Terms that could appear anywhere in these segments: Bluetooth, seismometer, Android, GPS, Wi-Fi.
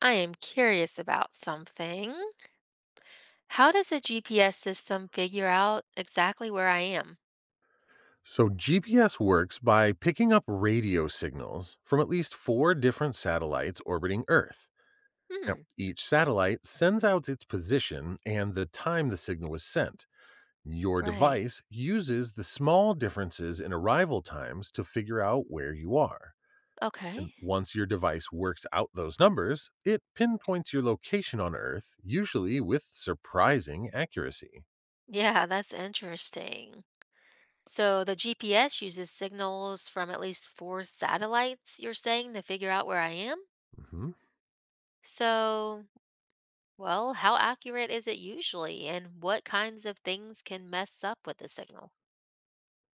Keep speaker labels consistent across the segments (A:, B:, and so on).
A: I am curious about something. How does a GPS system figure out exactly where I am?
B: So, GPS works by picking up radio signals from at least four different satellites orbiting Earth. Now,
A: Hmm,
B: each satellite sends out its position and the time the signal was sent. Your
A: right.
B: device uses the small differences in arrival times to figure out where you are.
A: Okay.
B: And once your device works out those numbers, it pinpoints your location on Earth, usually with surprising accuracy.
A: Yeah, that's interesting. So the GPS uses signals from at least four satellites, you're saying, to figure out where I am?
B: Mhm.
A: So, well, how accurate is it usually, and what kinds of things can mess up with the signal?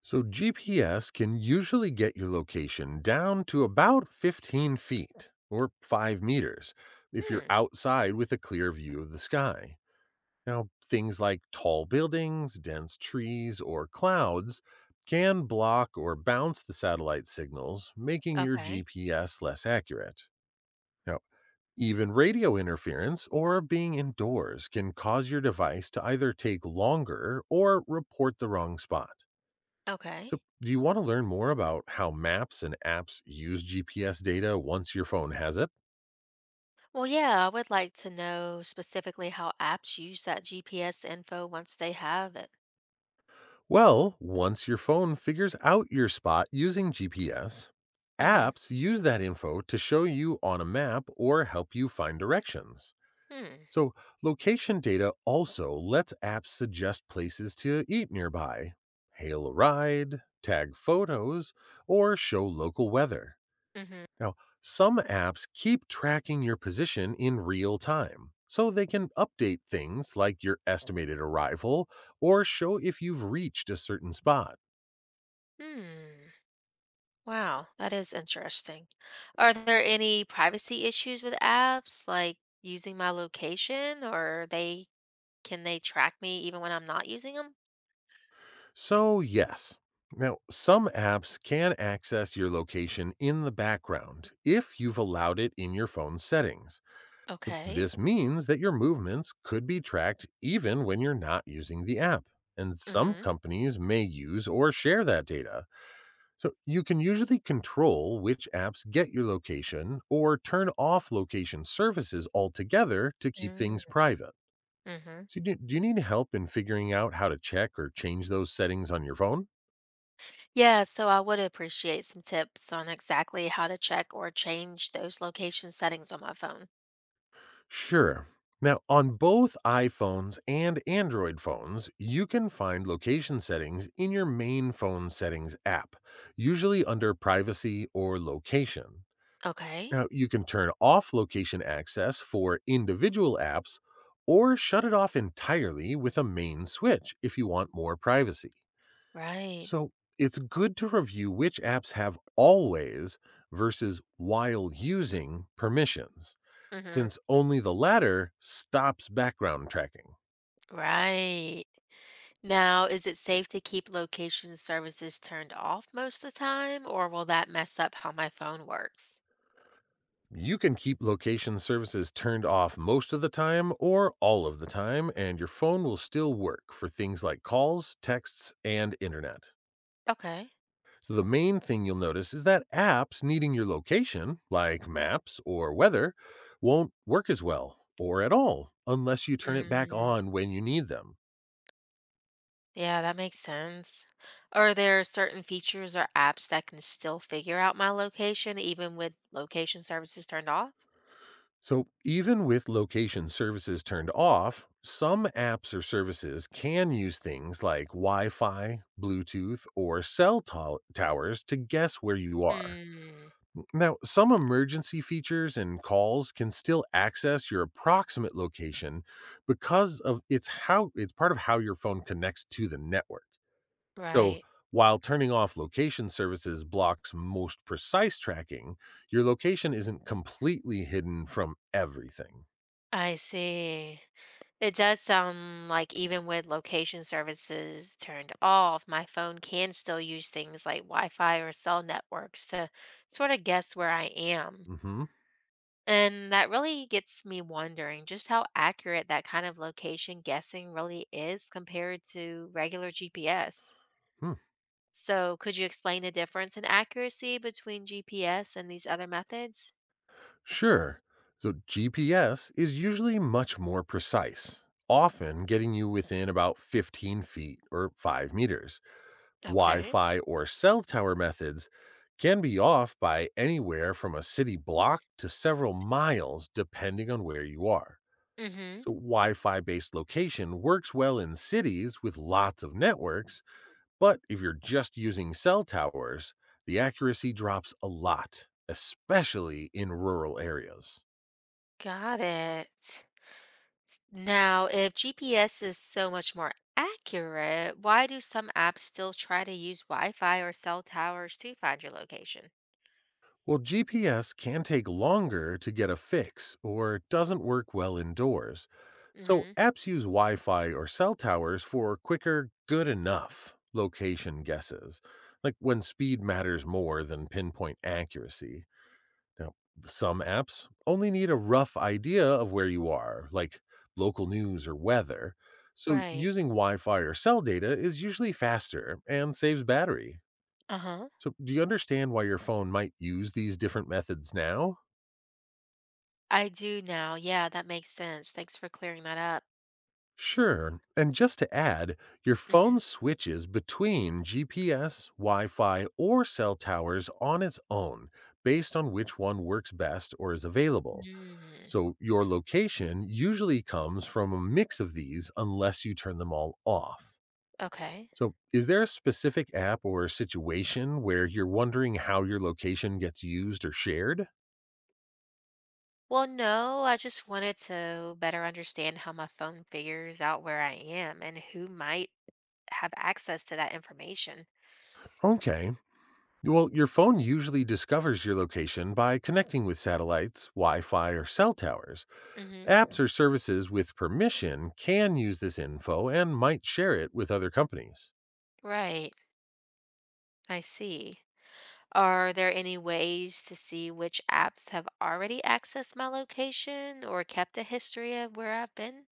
B: So, GPS can usually get your location down to about 15 feet or 5 meters if you're
A: Hmm,
B: outside with a clear view of the sky. Now, things like tall buildings, dense trees, or clouds can block or bounce the satellite signals, making your
A: okay.
B: GPS less accurate. Now, even radio interference or being indoors can cause your device to either take longer or report the wrong spot. So,
A: Okay.
B: do you want to learn more about how maps and apps use GPS data once your phone has it?
A: Well, yeah, I would like to know specifically how apps use that GPS info once they have it.
B: Well, once your phone figures out your spot using GPS,
A: Mm-hmm.
B: apps use that info to show you on a map or help you find directions.
A: Hmm.
B: So, location data also lets apps suggest places to eat nearby, hail a ride, tag photos, or show local weather.
A: Mm-hmm.
B: Now, some apps keep tracking your position in real time, so they can update things like your estimated arrival or show if you've reached a certain spot.
A: Hmm. Wow, that is interesting. Are there any privacy issues with apps, like using my location, or they can they track me even when I'm not using them?
B: So, yes. Now, some apps can access your location in the background if you've allowed it in your phone's settings.
A: Okay.
B: This means that your movements could be tracked even when you're not using the app. And some
A: Mm-hmm.
B: companies may use or share that data. So you can usually control which apps get your location or turn off location services altogether to keep
A: Mm-hmm.
B: things private.
A: Mm-hmm.
B: So, do you need help in figuring out how to check or change those settings on your phone?
A: Yeah, so I would appreciate some tips on exactly how to check or change those location settings on my phone.
B: Sure. Now, on both iPhones and Android phones, you can find location settings in your main phone settings app, usually under privacy or location.
A: Okay.
B: Now, you can turn off location access for individual apps or shut it off entirely with a main switch if you want more privacy.
A: Right.
B: So, it's good to review which apps have always versus while using permissions,
A: Mhm.
B: since only the latter stops background tracking.
A: Right. Now, is it safe to keep location services turned off most of the time, or will that mess up how my phone works?
B: You can keep location services turned off most of the time or all of the time, and your phone will still work for things like calls, texts, and internet.
A: Okay.
B: So, the main thing you'll notice is that apps needing your location, like maps or weather, won't work as well or at all unless you turn it back
A: Mm,
B: on when you need them.
A: yeah, that makes sense. Are there certain features or apps that can still figure out my location even with location services turned off?
B: So, even with location services turned off, some apps or services can use things like Wi Fi, Bluetooth, or cell towers to guess where you are.
A: Hmm,
B: Now, some emergency features and calls can still access your approximate location because of it's how it's part of how your phone connects to the network. So,
A: right.
B: while turning off location services blocks most precise tracking, your location isn't completely hidden from everything.
A: I see. It does sound like even with location services turned off, my phone can still use things like Wi-Fi or cell networks to sort of guess where I am.
B: Mhm.
A: And that really gets me wondering just how accurate that kind of location guessing really is compared to regular GPS.
B: Hmm.
A: So, could you explain the difference in accuracy between GPS and these other methods?
B: Sure. So, GPS is usually much more precise, often getting you within about 15 feet or 5 meters. Wi
A: Okay.
B: Fi or cell tower methods can be off by anywhere from a city block to several miles, depending on where you are.
A: Mm-hmm.
B: So, Wi Fi based location works well in cities with lots of networks, but if you're just using cell towers, the accuracy drops a lot, especially in rural areas.
A: Got it. Now, if GPS is so much more accurate, why do some apps still try to use Wi-Fi or cell towers to find your location?
B: Well, GPS can take longer to get a fix or doesn't work well indoors. So
A: Hmm.
B: apps use Wi Fi or cell towers for quicker, good enough location guesses, like when speed matters more than pinpoint accuracy. Now, some apps only need a rough idea of where you are, like local news or weather. So
A: Right.
B: using Wi Fi or cell data is usually faster and saves battery.
A: Uh-huh.
B: So, do you understand why your phone might use these different methods now?
A: I do now. Yeah, that makes sense. Thanks for clearing that up.
B: Sure. And just to add, your phone
A: Hmm.
B: switches between GPS, Wi Fi, or cell towers on its own based on which one works best or is available.
A: Mm,
B: So, your location usually comes from a mix of these unless you turn them all off.
A: okay.
B: So, is there a specific app or situation where you're wondering how your location gets used or shared?
A: Well, no, I just wanted to better understand how my phone figures out where I am and who might have access to that information.
B: Okay. Well, your phone usually discovers your location by connecting with satellites, Wi Fi, or cell towers.
A: Hmm.
B: Apps or services with permission can use this info and might share it with other companies.
A: Right. I see. Are there any ways to see which apps have already accessed my location or kept a history of where I've been?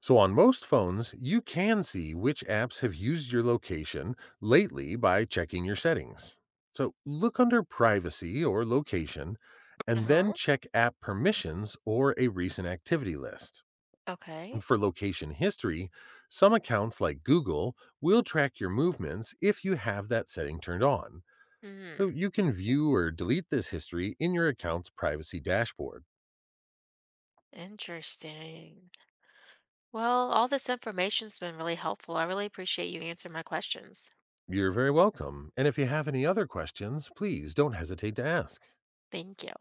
B: So, on most phones, you can see which apps have used your location lately by checking your settings. So, look under Privacy or Location and then
A: Uh-huh.
B: check app permissions or a recent activity list.
A: Okay.
B: For location history, some accounts like Google will track your movements if you have that setting turned on. So
A: Hmm.
B: you can view or delete this history in your account's privacy dashboard.
A: Interesting. Well, all this information's been really helpful. I really appreciate you answering my questions.
B: You're very welcome. And if you have any other questions, please don't hesitate to ask.
A: Thank you.